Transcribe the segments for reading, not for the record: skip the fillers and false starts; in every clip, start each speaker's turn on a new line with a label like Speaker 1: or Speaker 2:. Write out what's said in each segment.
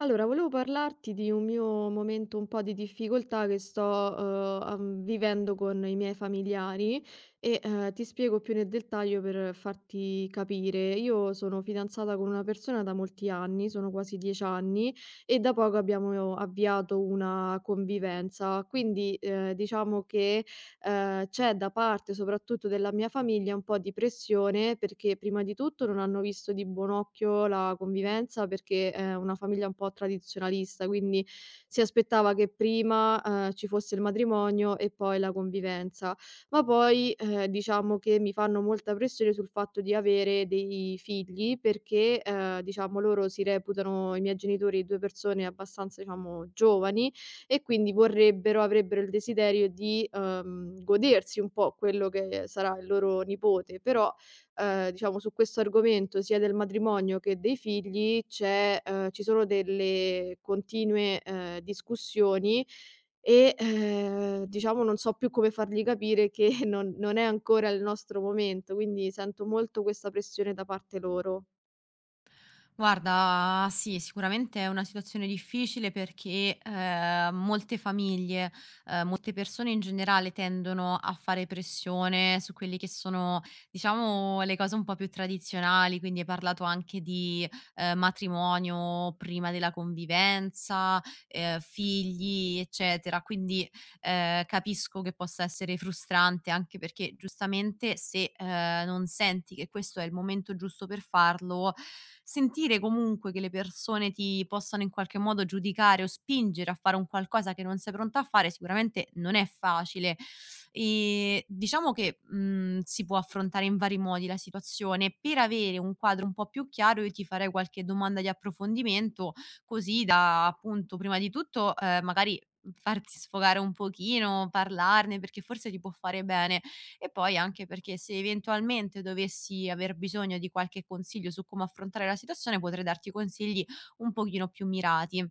Speaker 1: Allora, volevo parlarti di un mio momento un po' di difficoltà che sto, am vivendo con i miei familiari e, ti spiego più nel dettaglio per farti capire. Io sono fidanzata con una persona da molti anni, sono quasi 10 anni, e da poco abbiamo avviato una convivenza. Quindi, diciamo che c'è da parte, soprattutto della mia famiglia, un po' di pressione perché prima di tutto non hanno visto di buon occhio la convivenza perché è una famiglia un po' tradizionalista, quindi si aspettava che prima, ci fosse il matrimonio e poi la convivenza. Ma poi, diciamo che mi fanno molta pressione sul fatto di avere dei figli perché, diciamo loro si reputano, i miei genitori, 2 persone abbastanza, diciamo, giovani e quindi vorrebbero avrebbero il desiderio di, godersi un po' quello che sarà il loro nipote. Però, diciamo su questo argomento sia del matrimonio che dei figli c'è ci sono delle continue, discussioni e, diciamo non so più come fargli capire che non è ancora il nostro momento, quindi sento molto questa pressione da parte loro.
Speaker 2: Guarda, sì, sicuramente è una situazione difficile perché, molte famiglie, molte persone in generale tendono a fare pressione su quelli che sono, diciamo, le cose un po' più tradizionali, quindi hai parlato anche di, matrimonio prima della convivenza, figli, eccetera. Quindi, capisco che possa essere frustrante anche perché giustamente se, non senti che questo è il momento giusto per farlo, sentire comunque che le persone ti possano in qualche modo giudicare o spingere a fare un qualcosa che non sei pronta a fare sicuramente non è facile. Diciamo che, si può affrontare in vari modi la situazione. Per avere un quadro un po' più chiaro io ti farei qualche domanda di approfondimento, così da appunto prima di tutto, magari farti sfogare un pochino, parlarne, perché forse ti può fare bene. E poi anche perché se eventualmente dovessi aver bisogno di qualche consiglio su come affrontare la situazione, potrei darti consigli un pochino più mirati.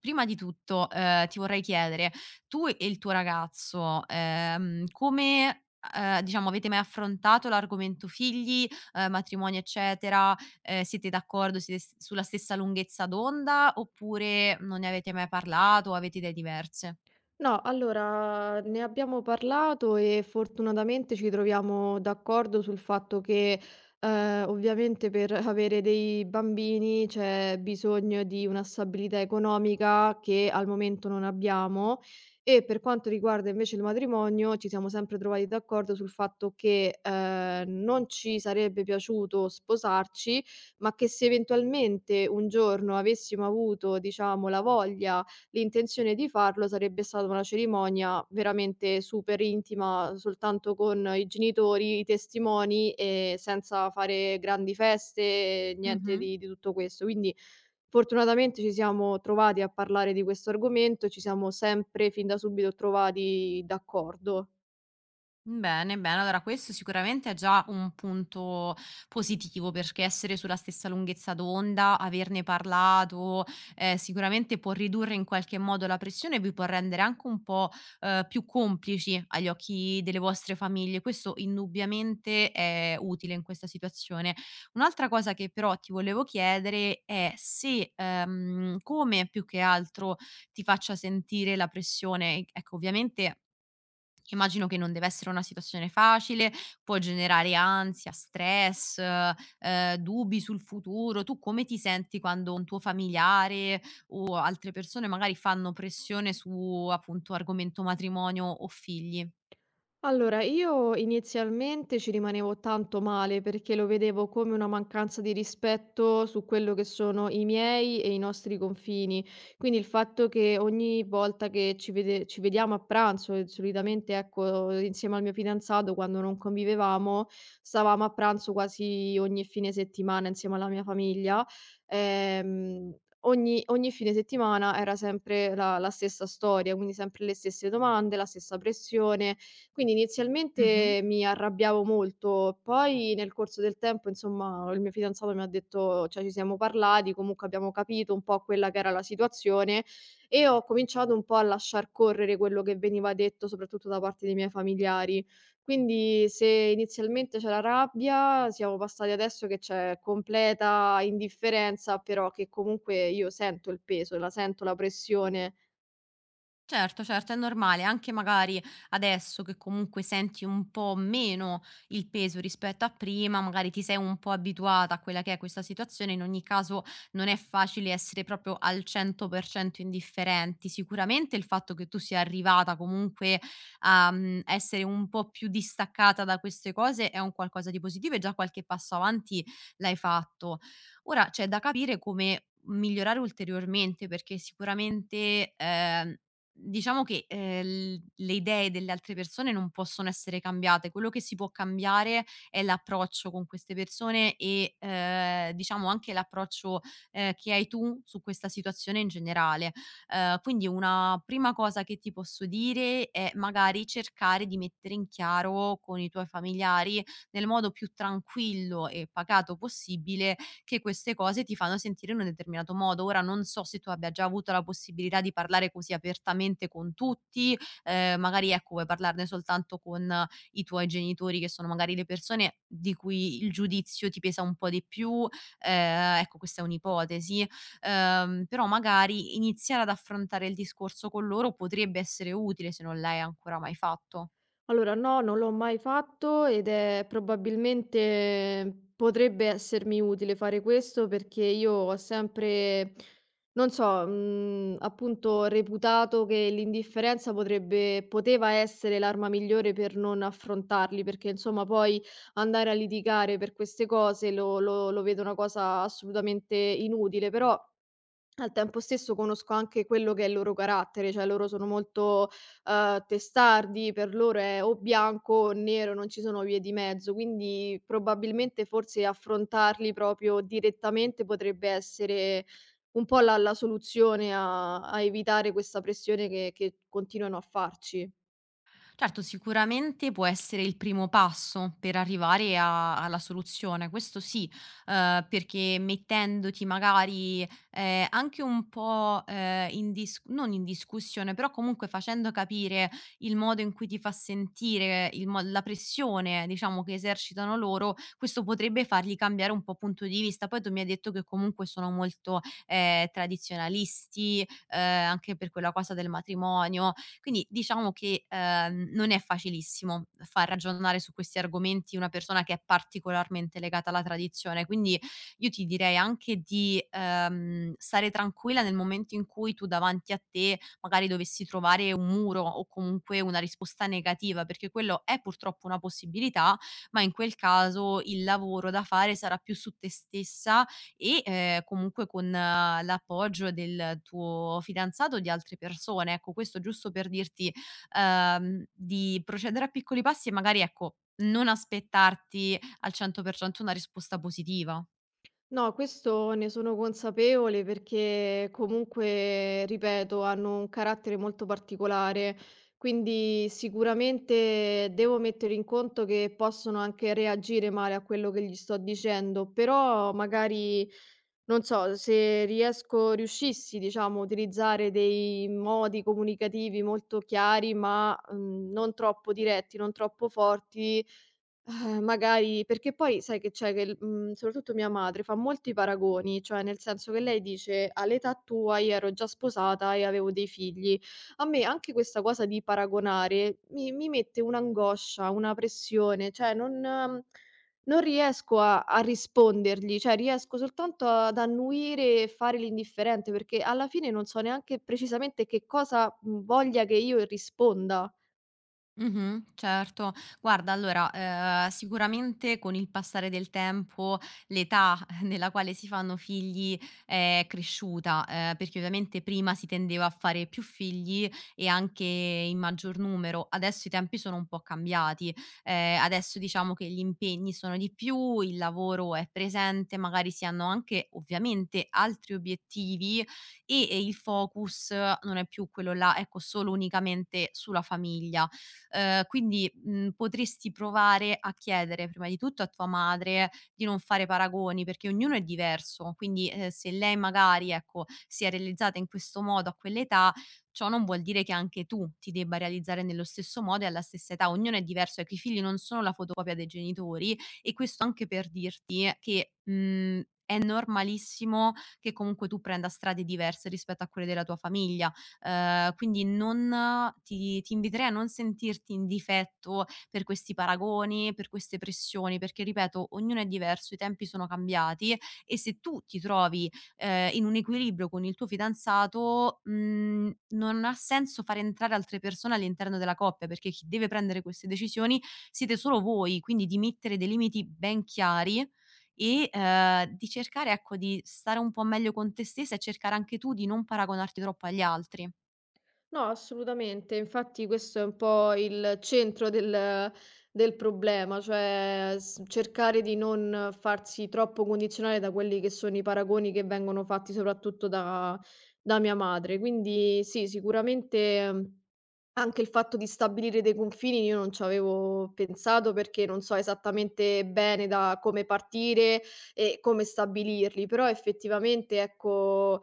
Speaker 2: Prima di tutto, ti vorrei chiedere: tu e il tuo ragazzo, diciamo avete mai affrontato l'argomento figli, matrimonio, eccetera? Siete d'accordo, siete s sulla stessa lunghezza d'onda, oppure non ne avete mai parlato o avete idee diverse?
Speaker 1: No, allora ne abbiamo parlato e fortunatamente ci troviamo d'accordo sul fatto che ovviamente per avere dei bambini c'è bisogno di una stabilità economica che al momento non abbiamo, e per quanto riguarda invece il matrimonio ci siamo sempre trovati d'accordo sul fatto che non ci sarebbe piaciuto sposarci, ma che se eventualmente un giorno avessimo avuto, diciamo, la voglia l'intenzione di farlo sarebbe stata una cerimonia veramente super intima, soltanto con i genitori, i testimoni e senza fare grandi feste, niente
Speaker 2: Mh-mh.
Speaker 1: di tutto questo. Quindi fortunatamente ci siamo trovati a parlare di questo argomento, ci siamo sempre fin da subito trovati d'accordo.
Speaker 2: Bene, bene. Allora questo sicuramente è già un punto positivo, perché essere sulla stessa lunghezza d'onda, averne parlato, sicuramente può ridurre in qualche modo la pressione e vi può rendere anche un po', più complici agli occhi delle vostre famiglie. Questo indubbiamente è utile in questa situazione. Un'altra cosa che però ti volevo chiedere è se, come più che altro ti faccia sentire la pressione. Ecco, ovviamente immagino che non deve essere una situazione facile, può generare ansia, stress, dubbi sul futuro. Tu come ti senti quando un tuo familiare o altre persone magari fanno pressione su, appunto, argomento matrimonio o figli?
Speaker 1: Allora, io inizialmente ci rimanevo tanto male perché lo vedevo come una mancanza di rispetto su quello che sono i miei e i nostri confini. Quindi il fatto che ogni volta che ci vediamo a pranzo, e solitamente ecco, insieme al mio fidanzato, quando non convivevamo, stavamo a pranzo quasi ogni fine settimana insieme alla mia famiglia. ehm, ogni fine settimana era sempre la stessa storia, quindi sempre le stesse domande, la stessa pressione, quindi
Speaker 2: Mh-mh.
Speaker 1: inizialmente mi arrabbiavo molto, poi nel corso del tempo, insomma, il mio fidanzato mi ha detto, cioè ci siamo parlati, comunque abbiamo capito un po' quella che era la situazione e ho cominciato un po' a lasciar correre quello che veniva detto, soprattutto da parte dei miei familiari. Quindi se inizialmente c'era rabbia, siamo passati adesso che c'è completa indifferenza, però che comunque io sento il peso, la sento la pressione.
Speaker 2: Certo, certo, è normale, anche magari adesso che comunque senti un po' meno il peso rispetto a prima, magari ti sei un po' abituata a quella che è questa situazione, in ogni caso non è facile essere proprio al 100% indifferenti. Sicuramente il fatto che tu sia arrivata comunque a essere un po' più distaccata da queste cose è un qualcosa di positivo e già qualche passo avanti l'hai fatto. Ora c'è da capire come migliorare ulteriormente perché sicuramente diciamo che, l le idee delle altre persone non possono essere cambiate. Quello che si può cambiare è l'approccio con queste persone e, diciamo anche l'approccio, che hai tu su questa situazione in generale. Quindi una prima cosa che ti posso dire è magari cercare di mettere in chiaro con i tuoi familiari, nel modo più tranquillo e pacato possibile, che queste cose ti fanno sentire in un determinato modo. Ora non so se tu abbia già avuto la possibilità di parlare così apertamente con tutti, magari ecco vuoi parlarne soltanto con i tuoi genitori che sono magari le persone di cui il giudizio ti pesa un po' di più, ecco questa è un'ipotesi, però magari iniziare ad affrontare il discorso con loro potrebbe essere utile se non l'hai ancora mai fatto.
Speaker 1: Allora no, non l'ho mai fatto ed è probabilmente potrebbe essermi utile fare questo perché io ho sempre, non so, appunto reputato che l'indifferenza potrebbe poteva essere l'arma migliore per non affrontarli, perché insomma poi andare a litigare per queste cose lo vedo una cosa assolutamente inutile, però al tempo stesso conosco anche quello che è il loro carattere, cioè loro sono molto, testardi, per loro è o bianco o nero, non ci sono vie di mezzo, quindi probabilmente forse affrontarli proprio direttamente potrebbe essere un po' la soluzione a evitare questa pressione che continuano a farci.
Speaker 2: Certo, sicuramente può essere il primo passo per arrivare a alla soluzione, questo sì, perché mettendoti magari, anche un po', in dis non in discussione, però comunque facendo capire il modo in cui ti fa sentire, il mo la pressione diciamo che esercitano loro, questo potrebbe fargli cambiare un po' punto di vista. Poi tu mi hai detto che comunque sono molto, tradizionalisti, anche per quella cosa del matrimonio, quindi diciamo che, non è facilissimo far ragionare su questi argomenti una persona che è particolarmente legata alla tradizione. Quindi io ti direi anche di, stare tranquilla nel momento in cui tu davanti a te magari dovessi trovare un muro o comunque una risposta negativa, perché quello è purtroppo una possibilità, ma in quel caso il lavoro da fare sarà più su te stessa e, comunque con l'appoggio del tuo fidanzato o di altre persone. Ecco, questo giusto per dirti, di procedere a piccoli passi e magari, ecco, non aspettarti al 100% una risposta positiva.
Speaker 1: No, questo ne sono consapevole perché comunque, ripeto, hanno un carattere molto particolare, quindi sicuramente devo mettere in conto che possono anche reagire male a quello che gli sto dicendo, però magari, non so, se riuscissi, diciamo, a utilizzare dei modi comunicativi molto chiari, ma non troppo diretti, non troppo forti, magari perché poi sai che c'è che soprattutto mia madre fa molti paragoni, cioè nel senso che lei dice: "All'età tua io ero già sposata e avevo dei figli". A me anche questa cosa di paragonare mi mette un'angoscia, una pressione, cioè non riesco a rispondergli, cioè riesco soltanto ad annuire e fare l'indifferente, perché alla fine non so neanche precisamente che cosa, voglia che io risponda.
Speaker 2: Mh-mh, certo. Guarda allora, sicuramente con il passare del tempo l'età nella quale si fanno figli è cresciuta, perché ovviamente prima si tendeva a fare più figli e anche in maggior numero. Adesso i tempi sono un po' cambiati, adesso diciamo che gli impegni sono di più, il lavoro è presente, magari si hanno anche ovviamente altri obiettivi e il focus non è più quello là, ecco, solo unicamente sulla famiglia. Quindi, potresti provare a chiedere prima di tutto a tua madre di non fare paragoni, perché ognuno è diverso, quindi, se lei magari, ecco, si è realizzata in questo modo a quell'età, ciò non vuol dire che anche tu ti debba realizzare nello stesso modo e alla stessa età. Ognuno è diverso, ecco, i figli non sono la fotocopia dei genitori e questo anche per dirti che, è normalissimo che comunque tu prenda strade diverse rispetto a quelle della tua famiglia. Quindi non ti inviterei a non sentirti in difetto per questi paragoni, per queste pressioni, perché ripeto, ognuno è diverso, i tempi sono cambiati e se tu ti trovi, in un equilibrio con il tuo fidanzato, non ha senso fare entrare altre persone all'interno della coppia, perché chi deve prendere queste decisioni siete solo voi, quindi di mettere dei limiti ben chiari e, di cercare, ecco, di stare un po' meglio con te stessa e cercare anche tu di non paragonarti troppo agli altri.
Speaker 1: No, assolutamente. Infatti questo è un po' il centro del problema, cioè s cercare di non farsi troppo condizionare da quelli che sono i paragoni che vengono fatti soprattutto da mia madre. Quindi sì, sicuramente, anche il fatto di stabilire dei confini io non c'avevo pensato perché non so esattamente bene da come partire e come stabilirli, però effettivamente, ecco,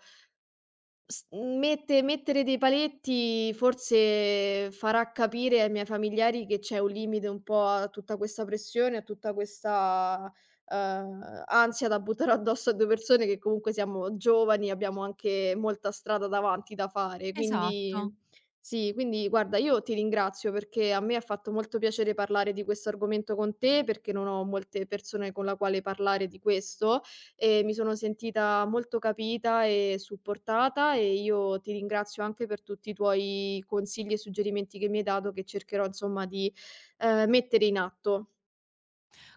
Speaker 1: S mette mettere dei paletti forse farà capire ai miei familiari che c'è un limite un po' a tutta questa pressione, a tutta questa, ansia da buttare addosso a 2 persone che comunque siamo giovani, abbiamo anche molta strada davanti da fare. Quindi
Speaker 2: Esatto.
Speaker 1: sì, quindi guarda, io ti ringrazio perché a me ha fatto molto piacere parlare di questo argomento con te, perché non ho molte persone con la quale parlare di questo e mi sono sentita molto capita e supportata, e io ti ringrazio anche per tutti i tuoi consigli e suggerimenti che mi hai dato, che cercherò insomma di mettere in atto.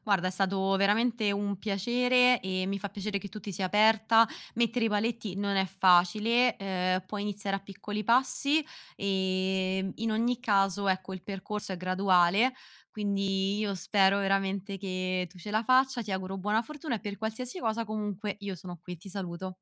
Speaker 2: Guarda, è stato veramente un piacere e mi fa piacere che tu ti sia aperta. Mettere i paletti non è facile, puoi iniziare a piccoli passi, in ogni caso, ecco, il percorso è graduale, quindi io spero veramente che tu ce la faccia, ti auguro buona fortuna e per qualsiasi cosa comunque io sono qui. Ti saluto.